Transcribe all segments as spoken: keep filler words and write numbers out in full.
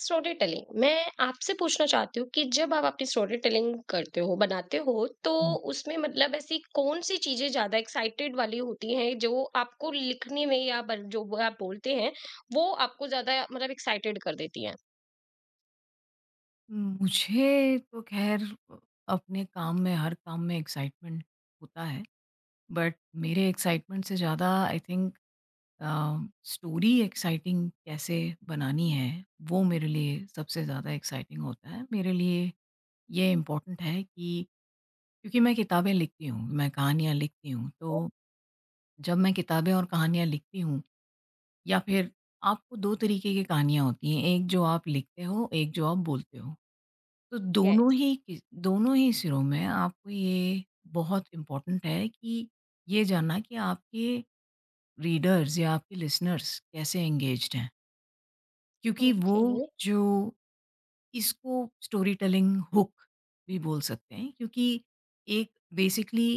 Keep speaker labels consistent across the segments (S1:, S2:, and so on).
S1: Story telling मैं आपसे पूछना चाहती हूँ कि जब आप अपनी स्टोरी टेलिंग करते हो बनाते हो तो
S2: हुँ।
S1: उसमें मतलब ऐसी कौन सी चीजें ज्यादा एक्साइटेड वाली होती हैं जो आपको लिखने में या बन- जो वो आप बोलते हैं वो आपको ज्यादा मतलब एक्साइटेड कर देती हैं।
S2: मुझे तो ख़ैर अ, अपने काम में हर काम में एक्साइटमेंट होता है, बट मेरे एक्साइटमेंट से ज़्यादा I think uh, story exciting कैसे बनानी है, वो मेरे लिए सबसे ज़्यादा एक्साइटिंग होता है। मेरे लिए ये इम्पोर्टेंट है कि क्योंकि मैं किताबें लिखती हूँ, मैं कहानियाँ लिखती हूँ, तो जब मैं किताबें और कहानियाँ लिखती हूँ या फिर आपको दो तरीके की कहानियाँ होती हैं, एक जो आप लिखते हो, एक जो आप बोलते हो। तो दोनों
S1: यस।
S2: ही कि- दोनों ही सिरों में आपको ये बहुत इम्पोर्टेंट है कि ये जानना कि आपके रीडर्स या आपके लिसनर्स कैसे एंगेज्ड हैं क्योंकि वो
S1: ओके।
S2: जो इसको स्टोरी टेलिंग हुक भी बोल सकते हैं क्योंकि एक बेसिकली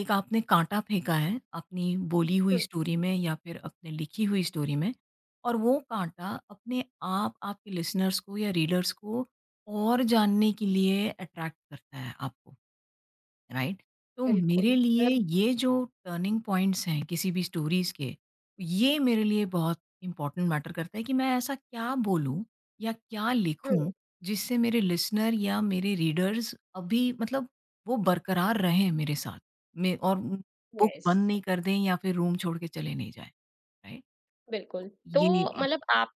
S2: एक आपने काँटा फेंका है अपनी बोली हुई
S1: हम्म,
S2: स्टोरी में या फिर अपने लिखी हुई स्टोरी में और वो काँटा अपने आप आपके लिसनर्स को या रीडर्स को और जानने के लिए अट्रैक्ट करता है आपको। राइट, तो
S1: बिल्कुल।
S2: मेरे लिए
S1: मतलब
S2: ये जो टर्निंग पॉइंट्स हैं किसी भी स्टोरीज के ये मेरे लिए बहुत इंपॉर्टेंट मैटर करता है कि मैं ऐसा क्या बोलूं या क्या लिखूं जिससे मेरे लिसनर या मेरे रीडर्स अभी मतलब वो बरकरार रहें मेरे साथ में और बुक
S1: यस।
S2: बंद नहीं कर दें या फिर रूम छोड़ के चले नहीं जाए। राइट।
S1: बिल्कुल, तो
S2: ये।
S1: मतलब आप,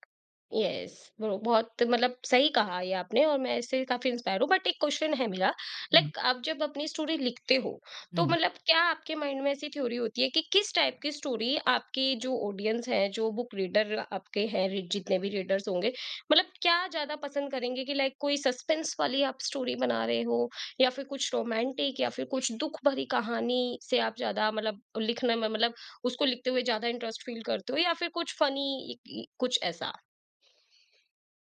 S1: यस, वो बहुत मतलब सही कहा ये आपने और मैं इससे काफ़ी इंस्पायर हूँ, बट एक क्वेश्चन है मेरा।
S2: हम्म
S1: लाइक आप जब अपनी स्टोरी लिखते हो, तो मतलब क्या आपके माइंड में ऐसी थ्योरी होती है कि किस टाइप की स्टोरी आपकी जो ऑडियंस है, जो बुक रीडर आपके हैं, री जितने भी रीडर्स होंगे, मतलब क्या ज़्यादा पसंद करेंगे कि लाइक कोई सस्पेंस वाली आप स्टोरी बना रहे हो या फिर कुछ रोमांटिक या फिर कुछ दुःख भरी कहानी से आप ज़्यादा मतलब लिखने में मतलब उसको लिखते हुए ज़्यादा इंटरेस्ट फील करते हो या फिर कुछ फ़नी, इ कुछ ऐसा?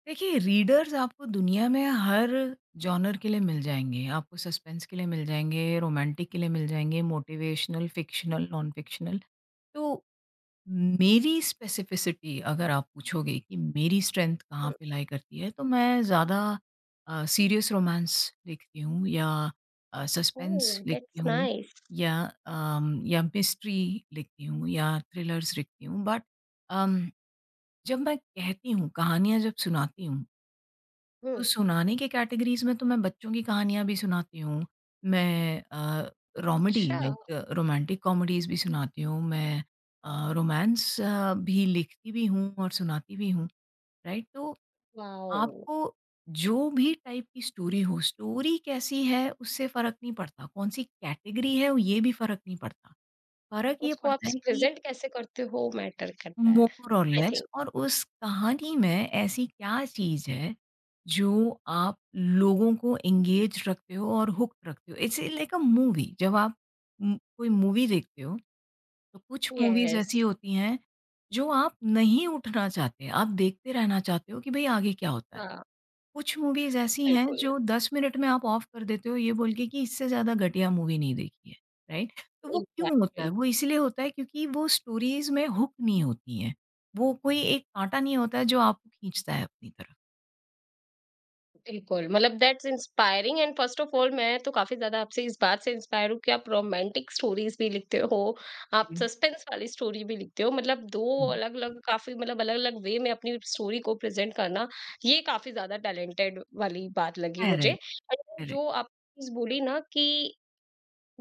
S2: देखिए रीडर्स आपको दुनिया में हर जॉनर के लिए मिल जाएँगे। आपको सस्पेंस के लिए मिल जाएँगे, रोमांटिक के लिए मिल जाएँगे, मोटिवेशनल, फ़िक्शनल, नॉन फ़िक्शनल। तो मेरी स्पेसिफ़िसिटी अगर आप पूछोगे कि मेरी स्ट्रेंथ कहाँ
S1: हुँ।
S2: पे लाई करती है, तो मैं ज़्यादा अ, सीरियस रोमांस लिखती हूँ या अ, सस्पेंस
S1: ओह!
S2: लिखती
S1: दैट्स
S2: हूँ
S1: नाइस।
S2: या अम, या मिस्ट्री लिखती हूँ या थ्रिलर्स लिखती हूँ। बट अम, जब मैं कहती हूँ, कहानियाँ जब सुनाती हूँ
S1: हुँ।
S2: तो सुनाने के कैटेगरीज़ में तो मैं बच्चों की कहानियाँ भी सुनाती हूँ। मैं अ, रोमेडी
S1: अच्छा।
S2: लाइक रोमांटिक कॉमेडीज़ भी सुनाती हूँ। मैं अ, रोमांस अ, भी लिखती भी हूँ और सुनाती भी हूँ, राइट? तो
S1: वॉव!
S2: आपको जो भी टाइप की स्टोरी हो, स्टोरी कैसी है उससे फ़र्क नहीं पड़ता, कौन-सी कैटेगरी है वो ये भी फ़र्क नहीं पड़ता। फ़र्क ये
S1: उसको आप
S2: पड़ता है कि
S1: प्रेज़ेंट कैसे करते हो मैटर करता है।
S2: मोर और
S1: आई
S2: लेस
S1: थिंक।
S2: और उस कहानी में ऐसी क्या चीज़ है, जो आप लोगों को एंगेज रखते हो और हुक्ड रखते हो? It's like a movie. जब आप उम, कोई मूवी देखते हो, तो कुछ मूवीज़
S1: यस।
S2: ऐसी होती हैं, जो आप नहीं उठना चाहते, आप देखते रहना चाहते हो कि भई आगे क्या होता है?
S1: हाँ,
S2: कुछ मूवीज़ ऐसी हैं
S1: बिल्कुल।
S2: जो दस मिनट में आप ऑफ कर देते हो ये बोल के कि इससे ज़्यादा घटिया मूवी नहीं देखी है, राइट? तो वो क्यों होता
S1: एग्ज़ैक्टली।
S2: है? वो इसलिए होता है क्योंकि वो स्टोरीज़ में हुक नहीं होती हैं। वो कोई एक काँटा नहीं होता है जो आपको खींचता है अपनी तरफ।
S1: बिल्कुल, मतलब that's inspiring and first of all मैं तो काफ़ी ज़्यादा आपसे इस बात से इंस्पायर हूँ कि आप रोमांटिक स्टोरीज़ भी लिखते हो, आप
S2: हुँ,
S1: सस्पेंस वाली स्टोरी भी लिखते हो। मतलब दो
S2: हुँ।
S1: अलग-अलग, काफ़ी मतलब अलग-अलग वे में अपनी स्टोरी को प्रेज़ेंट करना, ये काफ़ी ज़्यादा टैलेंटेड वाली बात लगी मुझे।
S2: करेक्ट,
S1: एंड
S2: करेक्ट,
S1: जो आप चीज़ बोली ना कि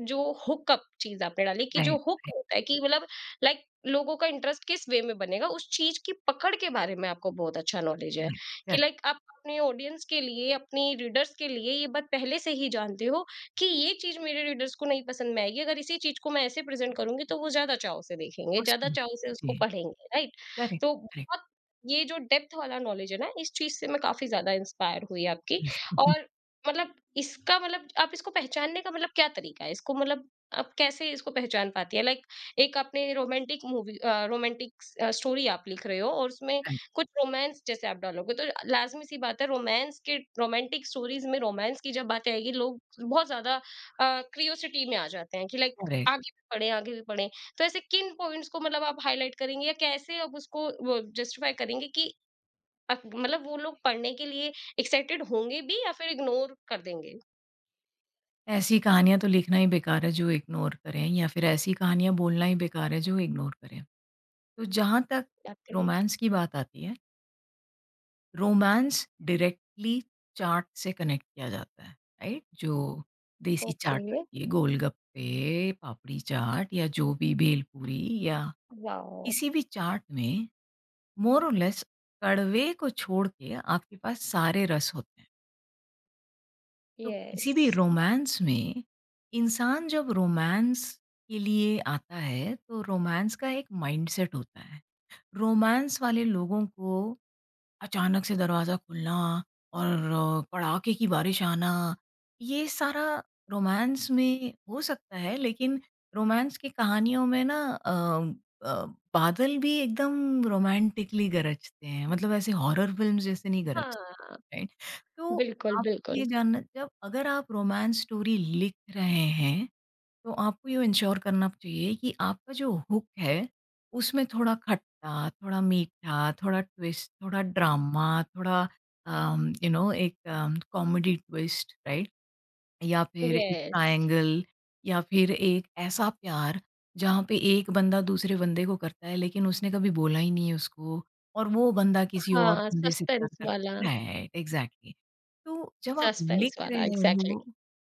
S1: जो हुकअप चीज़ आपने डाली कि जो
S2: राइट,
S1: हुक
S2: राइट,
S1: होता है कि मतलब लाइक लोगों का इंटरेस्ट किस वे में बनेगा, उस चीज़ की पकड़ के बारे में आपको बहुत अच्छा नॉलेज है
S2: राइट,
S1: कि
S2: करेक्ट,
S1: लाइक आप अपने ऑडियंस के लिए, अपने रीडर्स के लिए ये बात पहले से ही जानते हो कि ये चीज़ मेरे रीडर्स को नहीं पसंद में आएगी, अगर इसी चीज़ को मैं ऐसे प्रेज़ेंट करूँगी तो वो ज़्यादा चाव से देखेंगे, ज़्यादा
S2: मौसम
S1: चाव से
S2: जी,
S1: उसको पढ़ेंगे, राइट?
S2: करेक्ट,
S1: तो
S2: करेक्ट,
S1: बहुत, ये जो डेप्थ वाला नॉलेज है ना, इस चीज़ से मैं काफ़ी ज़्यादा इंस्पायर हुई आपकी। और मतलब इसका मतलब आप इसको पहचानने का मतलब क्या तरीका है? इसको मतलब आप कैसे इसको पहचान पाती हैं? लाइक एक आपने romantic movie, uh, romantic uh, story आप लिख रहे हो और उसमें
S2: राइट,
S1: कुछ रोमांस जैसे आप डालोगे तो लाज़मी सी बात है रोमांस के रोमांटिक स्टोरीज़ में रोमांस की जब बात आएगी लोग बहुत ज़्यादा अ, क्यूरियोसिटी में आ जाते हैं कि लाइक
S2: करेक्ट।
S1: आगे भी पढ़ें, आगे भी पढ़ें। तो ऐसे किन पॉइंट्स को मतलब आप हाइलाइट करेंगे या कैसे आप उसको वो जस्टिफ़ाई करेंगे कि अक मतलब वो लोग पढ़ने के लिए एक्साइटेड होंगे भी या फिर इग्नोर कर देंगे?
S2: ऐसी कहानियाँ तो लिखना ही बेकार है जो इग्नोर करें या फिर ऐसी कहानियाँ बोलना ही बेकार है जो इग्नोर करें। तो जहाँ तक
S1: एक्चुअली
S2: रोमांस की बात आती है रोमांस डायरेक्टली चाट से कनेक्ट किया जाता है, राइट? जो देसी
S1: ओके
S2: चाट आती है, गोलगप्पे, पापड़ी चाट या जो भी भेलपूरी या
S1: वाओ!
S2: किसी भी चाट में मोर और लेस कड़वे को छोड़ के आपके पास सारे रस होते हैं। तो
S1: यस।
S2: किसी भी रोमांस में इंसान जब रोमांस के लिए आता है, तो रोमांस का एक माइंडसेट होता है। रोमांस वाले लोगों को अचानक से दरवाज़ा खुलना और अ, कड़ाके की बारिश आना, ये सारा रोमांस में हो सकता है, लेकिन रोमांस की कहानियों में ना अ अ, बादल भी एकदम रोमांटिकली गरजते हैं, मतलब ऐसे हॉरर फ़िल्म्स जैसे नहीं गरजते,
S1: हाँ,
S2: राइट? तो
S1: बिल्कुल,
S2: आप
S1: बिल्कुल।
S2: ये जानना जब अगर आप रोमांस स्टोरी लिख रहे हैं तो आपको ये इंश्योर करना चाहिए कि आपका जो हुक है, उसमें थोड़ा खट्टा, थोड़ा मीठा, थोड़ा ट्विस्ट, थोड़ा ड्रामा, थोड़ा अम, यू नो एक अम, कॉमेडी ट्विस्ट, राइट? या फिर एक
S1: यस।
S2: ट्रायंगल या फिर एक ऐसा प्यार जहाँ पे एक बंदा दूसरे बंदे को करता है लेकिन उसने कभी बोला ही नहीं है उसको और वो बंदा किसी और
S1: हाँ,
S2: बंदे से प्यार
S1: सस्पेंस वाला,
S2: करता, राइट एग्जैक्टली। तो जब आप
S1: सस्पेंस
S2: लिख
S1: वाला
S2: रहे
S1: एग्ज़ैक्टली
S2: हो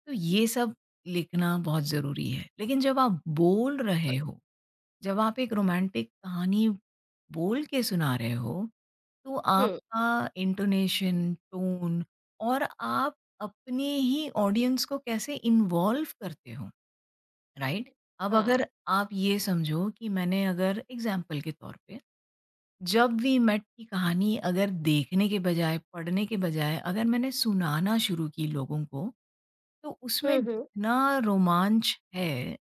S2: तो ये सब लिखना बहुत ज़रूरी है। लेकिन जब आप बोल रहे
S1: बिल्कुल।
S2: हो, जब आप एक रोमांटिक कहानी बोल के सुना रहे हो तो
S1: हुँ।
S2: आपका इंटोनेशन, टोन और आप अपने ही ऑडियंस को कैसे इन्वॉल्व करते हो, राइट? अब
S1: हाँ।
S2: अगर आप ये समझो कि मैंने अगर एग्ज़ाम्पल के तौर पे, जब वी मेट की कहानी अगर देखने के बजाय, पढ़ने के बजाय अगर मैंने सुनाना शुरू की लोगों को तो उसमें
S1: हुँ, हुँ।
S2: जितना रोमांच है,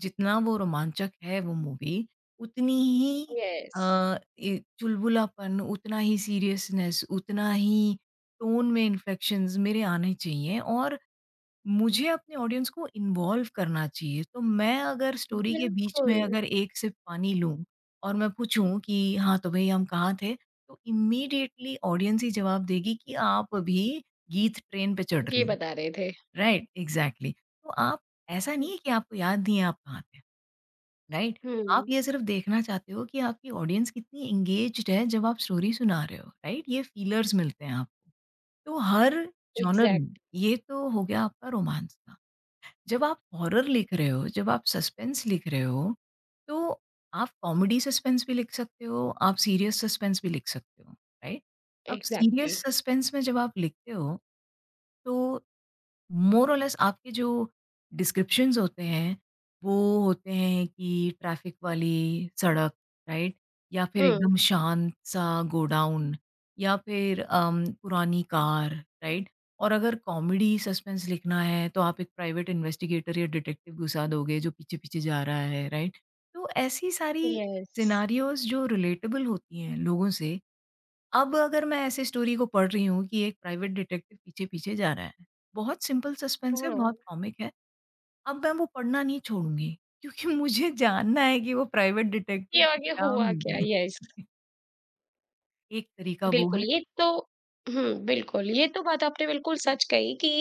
S2: जितना वो रोमांचक है वो मूवी, उतनी ही
S1: यस,
S2: अ, ए चुलबुलापन, उतना ही सीरियसनेस, उतना ही टोन में इन्फ्लेक्शंस मेरे आने चाहिए और मुझे अपने ऑडियंस को इन्वॉल्व करना चाहिए। तो मैं अगर स्टोरी के बीच
S1: बिल्कुल,
S2: में अगर एक सिप पानी लूँ और मैं पूछूँ कि हाँ, तो भई हम कहाँ थे? तो इमीडिएटली ऑडियंस ही जवाब देगी कि आप अभी गीत ट्रेन पे चढ़
S1: ये
S2: रही हैं।
S1: बता रहे थे।
S2: Right exactly. तो आप ऐसा नहीं
S1: हुँ।
S2: है कि आपको याद नहीं है आप कहाँ थे, राइट? आप
S1: हुँ।
S2: ये सिर्फ देखना चाहते हो कि आपकी ऑडियंस कितनी एंगेज्ड है जब आप स्टोरी सुना रहे हो, राइट? ये फीलर्स मिलते हैं आपको। तो हर जॉनर में
S1: एग्ज़ैक्ट
S2: ये तो हो गया आपका रोमांस का। जब आप हॉरर लिख रहे हो, जब आप सस्पेंस लिख रहे हो तो आप कॉमेडी सस्पेंस भी लिख सकते हो, आप सीरियस सस्पेंस भी लिख सकते हो, राइट? अब
S1: एग्ज़ैक्टली।
S2: सीरियस सस्पेंस में जब आप लिखते हो तो मोर और लेस आपके जो डिस्क्रिप्शंस होते हैं, वो होते हैं कि ट्रैफ़िक वाली सड़क, राइट? या फिर
S1: हुँ।
S2: एकदम शांत-सा गोडाउन या फिर अम, पुरानी कार, राइट? और अगर कॉमेडी सस्पेंस लिखना है, तो आप एक प्राइवेट इन्वेस्टिगेटर या डिटेक्टिव घुसा दोगे जो पीछे-पीछे जा रहा है, राइट? तो ऐसी सारी
S1: यस,
S2: सिनेरियोज़ जो रिलेटेबल होती हैं लोगों से। अब अगर मैं ऐसे स्टोरी को पढ़ रही हूँ कि एक प्राइवेट डिटेक्टिव पीछे-पीछे जा रहा है, बहुत सिंपल सस्पेंस है,
S1: हाँ,
S2: बहुत कॉमिक है। अब मैं वो पढ़ना नहीं छोड़ूँगी, क्योंकि मुझे जानना है कि वो प्राइवेट
S1: ये
S2: डिटेक्टिव को
S1: आगे
S2: क्या
S1: हुआ
S2: मिल
S1: क्या?
S2: रहा
S1: यस।
S2: है। एक तरीका वो
S1: बिल्कुल,
S2: है।
S1: ये तो हुँ, बिल्कुल, ये तो बात आपने बिल्कुल सच कही कि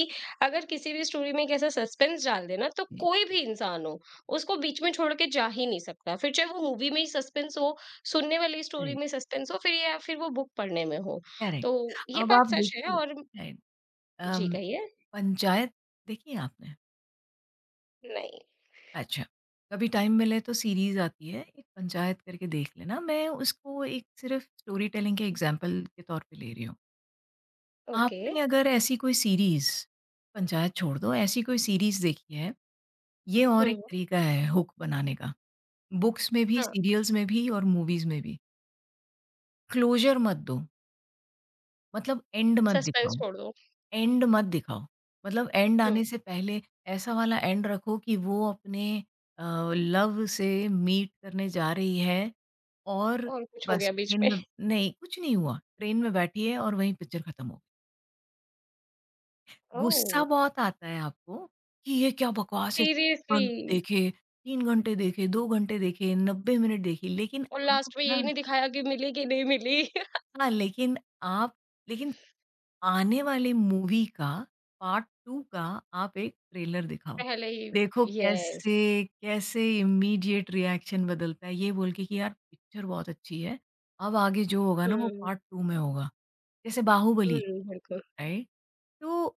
S1: अगर किसी भी स्टोरी में एक ऐसा सस्पेंस डाल देना तो
S2: जी,
S1: कोई भी इंसान हो, उसको बीच में छोड़ के जा ही नहीं सकता। फिर चाहे वो मूवी में ही सस्पेंस हो, सुनने वाली स्टोरी
S2: राइट,
S1: में सस्पेंस हो, फिर या फिर वो बुक पढ़ने में हो।
S2: करेक्ट।
S1: तो ये
S2: अब
S1: बात
S2: आप
S1: सच है।
S2: देखिए,
S1: और
S2: राइट,
S1: जी,
S2: अम,
S1: कहिए?
S2: पंचायत देखी है आपने?
S1: नहीं।
S2: अच्छा, कभी टाइम मिले तो सीरीज़ आती है, एक पंचायत करके देख लेना। मैं उसको एक सिर्फ़ स्टोरी टेलिंग के एग्ज़ाम्पल के तौर पे ले रही हूँ।
S1: ओके।
S2: आपने अगर ऐसी कोई सीरीज़, पंचायत छोड़ दो, ऐसी कोई सीरीज़ देखी है? ये और एक
S1: हुँ,
S2: तरीका है हुक बनाने का। बुक्स में भी,
S1: हाँ,
S2: सीरियल्स में भी और मूवीज़ में भी। क्लोज़र मत दो, मतलब एंड मत दिखाओ,
S1: सस्पेंस छोड़ दो।
S2: एंड मत दिखाओ। मतलब एंड
S1: हुँ,
S2: आने से पहले ऐसा वाला एंड रखो कि वो अपने अ, लव से मीट करने जा रही है और
S1: और कुछ हो
S2: बस
S1: गया बीच
S2: ट्रेन
S1: में।
S2: में नहीं, कुछ नहीं हुआ। ट्रेन में बैठी है और वहीं पिक्चर खत्म हो गई। गुस्सा
S1: ओह!
S2: बहुत आता है आपको कि ये क्या बकवास है,
S1: सीरियसली
S2: घंटे देखे, तीन घंटे देखे, दो घंटे देखे, नब्बे मिनट देखी, लेकिन
S1: और
S2: आप
S1: लास्ट में यही
S2: ना
S1: नहीं दिखाया कि मिली कि नहीं मिली।
S2: हाँ, लेकिन आप लेकिन आने वाले मूवी का पार्ट टू का आप एक ट्रेलर दिखाओ।
S1: पहले ही
S2: देखो
S1: यस।
S2: कैसे कैसे इमीडिएट रिएक्शन बदलता है, ये बोल के कि यार पिक्चर बहुत अच्छी है, अब आगे जो होगा ना वो
S1: हुँ,
S2: पार्ट टू में होगा। जैसे
S1: हुँ,
S2: बाहुबली थी,
S1: बिल्कुल।
S2: राइट? तो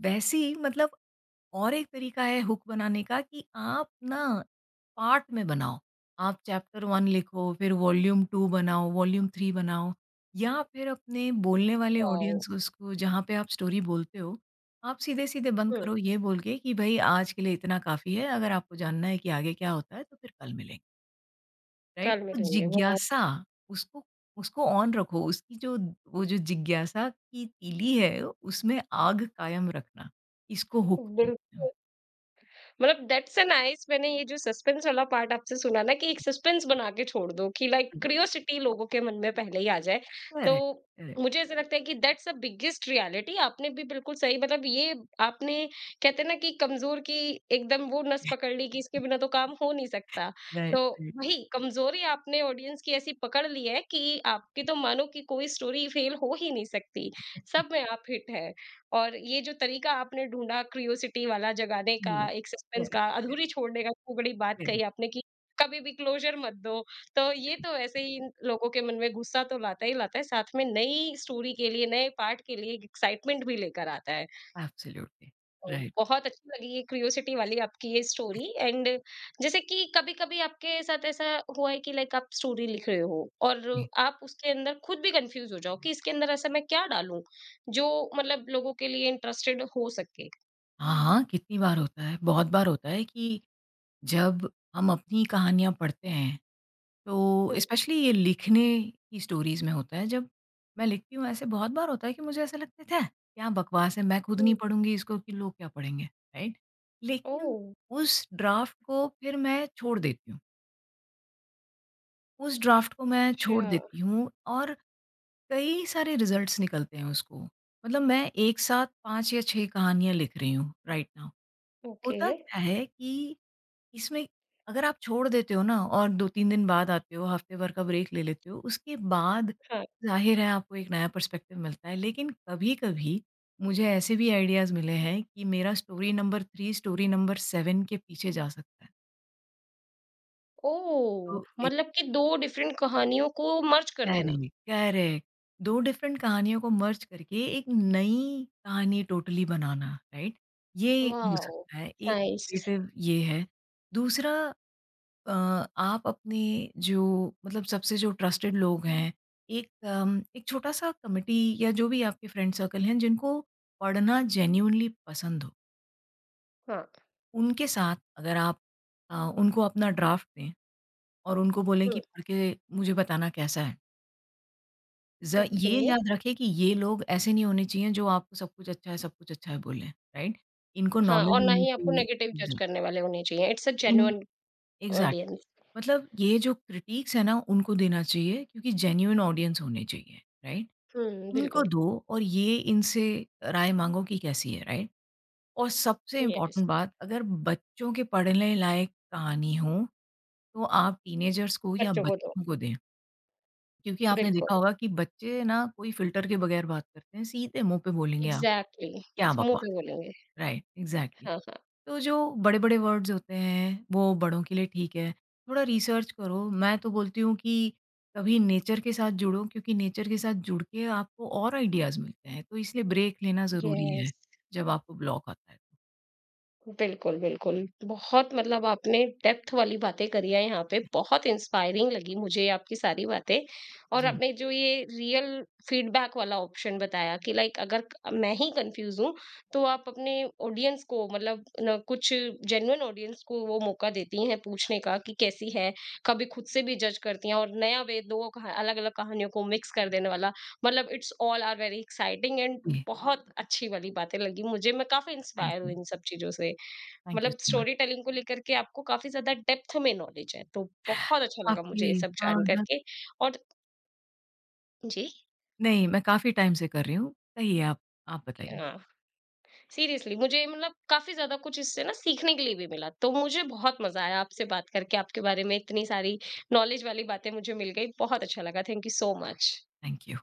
S2: वैसे ही मतलब और एक तरीका है हुक बनाने का कि आप ना पार्ट में बनाओ। आप चैप्टर वन लिखो, फिर वॉल्यूम टू बनाओ, वॉल्यूम थ्री बनाओ या फिर अपने बोलने वाले
S1: वाओ!
S2: ऑडियंस को, उसको जहाँ पे आप स्टोरी बोलते हो, आप सीधे-सीधे बंद
S1: हुँ,
S2: करो ये बोल के कि भई आज के लिए इतना काफ़ी है, अगर आपको जानना है कि आगे क्या होता है तो फिर कल मिलेंगे, राइट?
S1: कल
S2: तो
S1: मिलेंगे वाओ!
S2: जिज्ञासा उसको उसको ऑन रखो, उसकी जो वो जो जिज्ञासा की तीली है उसमें आग कायम रखना, इसको हुक बोलते हैं।
S1: बिल्कुल। मतलब दैट्स अ नाइस मैंने ये जो सस्पेंस वाला पार्ट आपसे सुना ना कि एक सस्पेंस बना के छोड़ दो कि लाइक क्यूरियोसिटी लोगों के मन में पहले ही आ जाए। तो
S2: Correct, correct.
S1: मुझे ऐसा लगता है कि दैट्स द बिगेस्ट रियलिटी आपने भी बिल्कुल सही मतलब ये आपने कहते हैं ना कि कमजोर की एकदम वो नस पकड़ ली कि इसके बिना तो काम हो नहीं सकता। तो
S2: Right, right.
S1: वही कमजोरी आपने ऑडियंस की ऐसी पकड़ ली है कि आपकी तो मानो कि कोई स्टोरी फेल हो ही नहीं सकती, सब में आप हिट है। और ये जो तरीका आपने ढूँढा क्यूरियोसिटी वाला जगाने का,
S2: Correct,
S1: एक सस्पेंस
S2: correct,
S1: का,
S2: correct,
S1: अधूरी छोड़ने का, खूब बड़ी बात
S2: correct,
S1: कही आपने कि कभी भी क्लोज़र मत दो। तो ये
S2: correct.
S1: तो ऐसे ही इन लोगों के मन में गुस्सा तो लाता ही लाता है, साथ में नई स्टोरी के लिए, नए पार्ट के लिए एक एक्साइटमेंट भी लेकर आता है।
S2: एब्सोल्युटली,
S1: तो
S2: राइट।
S1: बहुत अच्छी लगी ये क्यूरियोसिटी वाली आपकी ये स्टोरी एंड जैसे कि कभी-कभी आपके साथ ऐसा हुआ है कि लाइक आप स्टोरी लिख रहे हो और
S2: जी।
S1: आप उसके अंदर खुद भी कंफ्यूज हो जाओ कि इसके अंदर ऐसा मैं क्या डालूं जो मतलब लोगों के लिए इंटरेस्टेड हो सके।
S2: हाँ, हाँ, कितनी बार होता है, बहुत बार होता है कि जब हम अपनी कहानियाँ पढ़ते हैं, तो
S1: हम्म।
S2: स्पेशली ये लिखने की स्टोरीज़ में होता है, जब मैं लिखती हूँ ऐसे बहुत बार होता है कि मुझे ऐसा लगता है, "छः! क्या बकवास है, मैं खुद नहीं
S1: हम्म,
S2: पढ़ूँगी इसको कि लोग क्या पढ़ेंगे?" राइट? लेकिन
S1: ओह
S2: उस ड्राफ्ट को फिर मैं छोड़ देती हूँ। उस ड्राफ्ट को मैं छोड़
S1: अच्छा
S2: देती हूँ और कई सारे रिजल्ट्स निकलते हैं उसको। मतलब मैं एक साथ पाँच या छह कहानियाँ लिख रही हूँ राइट नाउ।
S1: ओके
S2: होता क्या है कि इसमें अगर आप छोड़ देते हो ना और दो तीन दिन बाद आते हो, हफ्ते भर का ब्रेक ले लेते हो, उसके बाद
S1: हाँ
S2: ज़ाहिर है आपको एक नया पर्सपेक्टिव मिलता है। लेकिन कभी-कभी मुझे ऐसे भी आइडियाज़ मिले हैं कि मेरा story number three story number seven के पीछे जा सकता है।
S1: ओह
S2: तो ए
S1: मतलब कि दो डिफरेंट कहानियों को मर्ज कर देना।
S2: Correct, correct. दो डिफरेंट कहानियों को मर्ज करके एक नई कहानी टोटली बनाना, राइट? ये हो
S1: वाओ
S2: सकता है, एक
S1: नाइस
S2: क्रिएटिव ये है। दूसरा अ, आप अपने जो मतलब सबसे जो ट्रस्टेड लोग हैं, एक अम, एक छोटा-सा कमिटी या जो भी आपके फ्रेंड सर्कल हैं, जिनको पढ़ना जेन्युइनली पसंद हो,
S1: हाँ
S2: उनके साथ अगर आप अ, उनको अपना ड्राफ्ट दें और उनको बोलें
S1: हम्म,
S2: कि पढ़ के मुझे बताना कैसा है। ज
S1: ओके
S2: ये याद रखें कि ये लोग ऐसे नहीं होने चाहिए जो आपको सब कुछ अच्छा है, सब कुछ अच्छा है बोलें, राइट? इनको
S1: हाँ
S2: नॉलेज
S1: और ना
S2: होनी
S1: ही आपको
S2: चाहिए।
S1: नेगेटिव जज
S2: एग्ज़ा
S1: करने वाले होने चाहिए, it's a
S2: in
S1: genuine
S2: exact
S1: audience.
S2: मतलब ये जो क्रिटिक्स है ना उनको देना चाहिए क्योंकि जेन्युइन ऑडियंस होने चाहिए, राइट?
S1: हुँ,
S2: इनको
S1: बिल्कुल,
S2: दो और ये इनसे राय माँगो कि कैसी है, राइट? और सबसे
S1: यस
S2: इम्पोर्टेंट बात अगर बच्चों के पढ़ने लायक कहानी हो, तो आप टीनेजर्स को या
S1: बच्चों को दो,
S2: बच्चों को दें। क्योंकि आपने
S1: बिल्कुल,
S2: देखा होगा कि बच्चे ना कोई फ़िल्टर के बगैर बात करते हैं, सीधे मुँह पे बोलेंगे आपको।
S1: एग्ज़ैक्टली,
S2: क्या
S1: मुँह
S2: बकवास!
S1: पे बोलेंगे,
S2: राइट, एग्ज़ैक्टली।
S1: हाँ, हाँ,
S2: तो जो बड़े-बड़े वर्ड्स होते हैं, वो बड़ों के लिए ठीक है। थोड़ा रिसर्च करो, मैं तो बोलती हूँ कि कभी नेचर के साथ जुड़ो क्योंकि नेचर के साथ जुड़ के आपको और आइडियाज़ मिलते हैं, तो इसलिए ब्रेक लेना ज़रूरी है,
S1: यस।
S2: जब आपको ब्लॉक आता है। तो।
S1: बिल्कुल, बिल्कुल। बहुत मतलब आपने डेप्थ वाली बातें करी हैं यहाँ पे, बहुत इंस्पायरिंग लगी मुझे आपकी सारी बातें। और
S2: जी,
S1: आपने जो ये रियल फीडबैक वाला ऑप्शन बताया कि लाइक अगर क मैं ही कन्फ्यूज़ हूँ, तो आप अपने ऑडियंस को मतलब ना कुछ जेन्युइन ऑडियंस को वो मौका देती हैं पूछने का कि कैसी है, कभी खुद से भी जज करती हैं और नया वे दो कहा अलग-अलग कहानियों को मिक्स कर देने वाला, मतलब it's all are very exciting and
S2: जी,
S1: बहुत अच्छी वाली बातें लगी मुझे, मैं काफ़ी
S2: थैंक
S1: इंस्पायर हुई
S2: यू।
S1: इन सब चीज़ों से।
S2: थैंक यू
S1: मतलब
S2: सो मच।
S1: स्टोरी टेलिंग को लेकर के आपको काफ़ी ज़्यादा डेप्थ में नॉलेज है, तो बहुत अच्छा लगा
S2: काफ़ी
S1: मुझे ये सब
S2: हाँ,
S1: जान
S2: हाँ।
S1: करके। और जी।
S2: नहीं, मैं काफ़ी टाइम से कर रही हूँ। सही है, आप आप बताइए।
S1: हाँ, सीरियसली मुझे मतलब काफ़ी ज़्यादा कुछ इससे ना सीखने के लिए भी मिला, तो मुझे बहुत मज़ा आया आपसे बात करके, आपके बारे में इतनी सारी नॉलेज वाली बातें मुझे मिल गई, बहुत अच्छा लगा। Thank you so much.
S2: Thank you.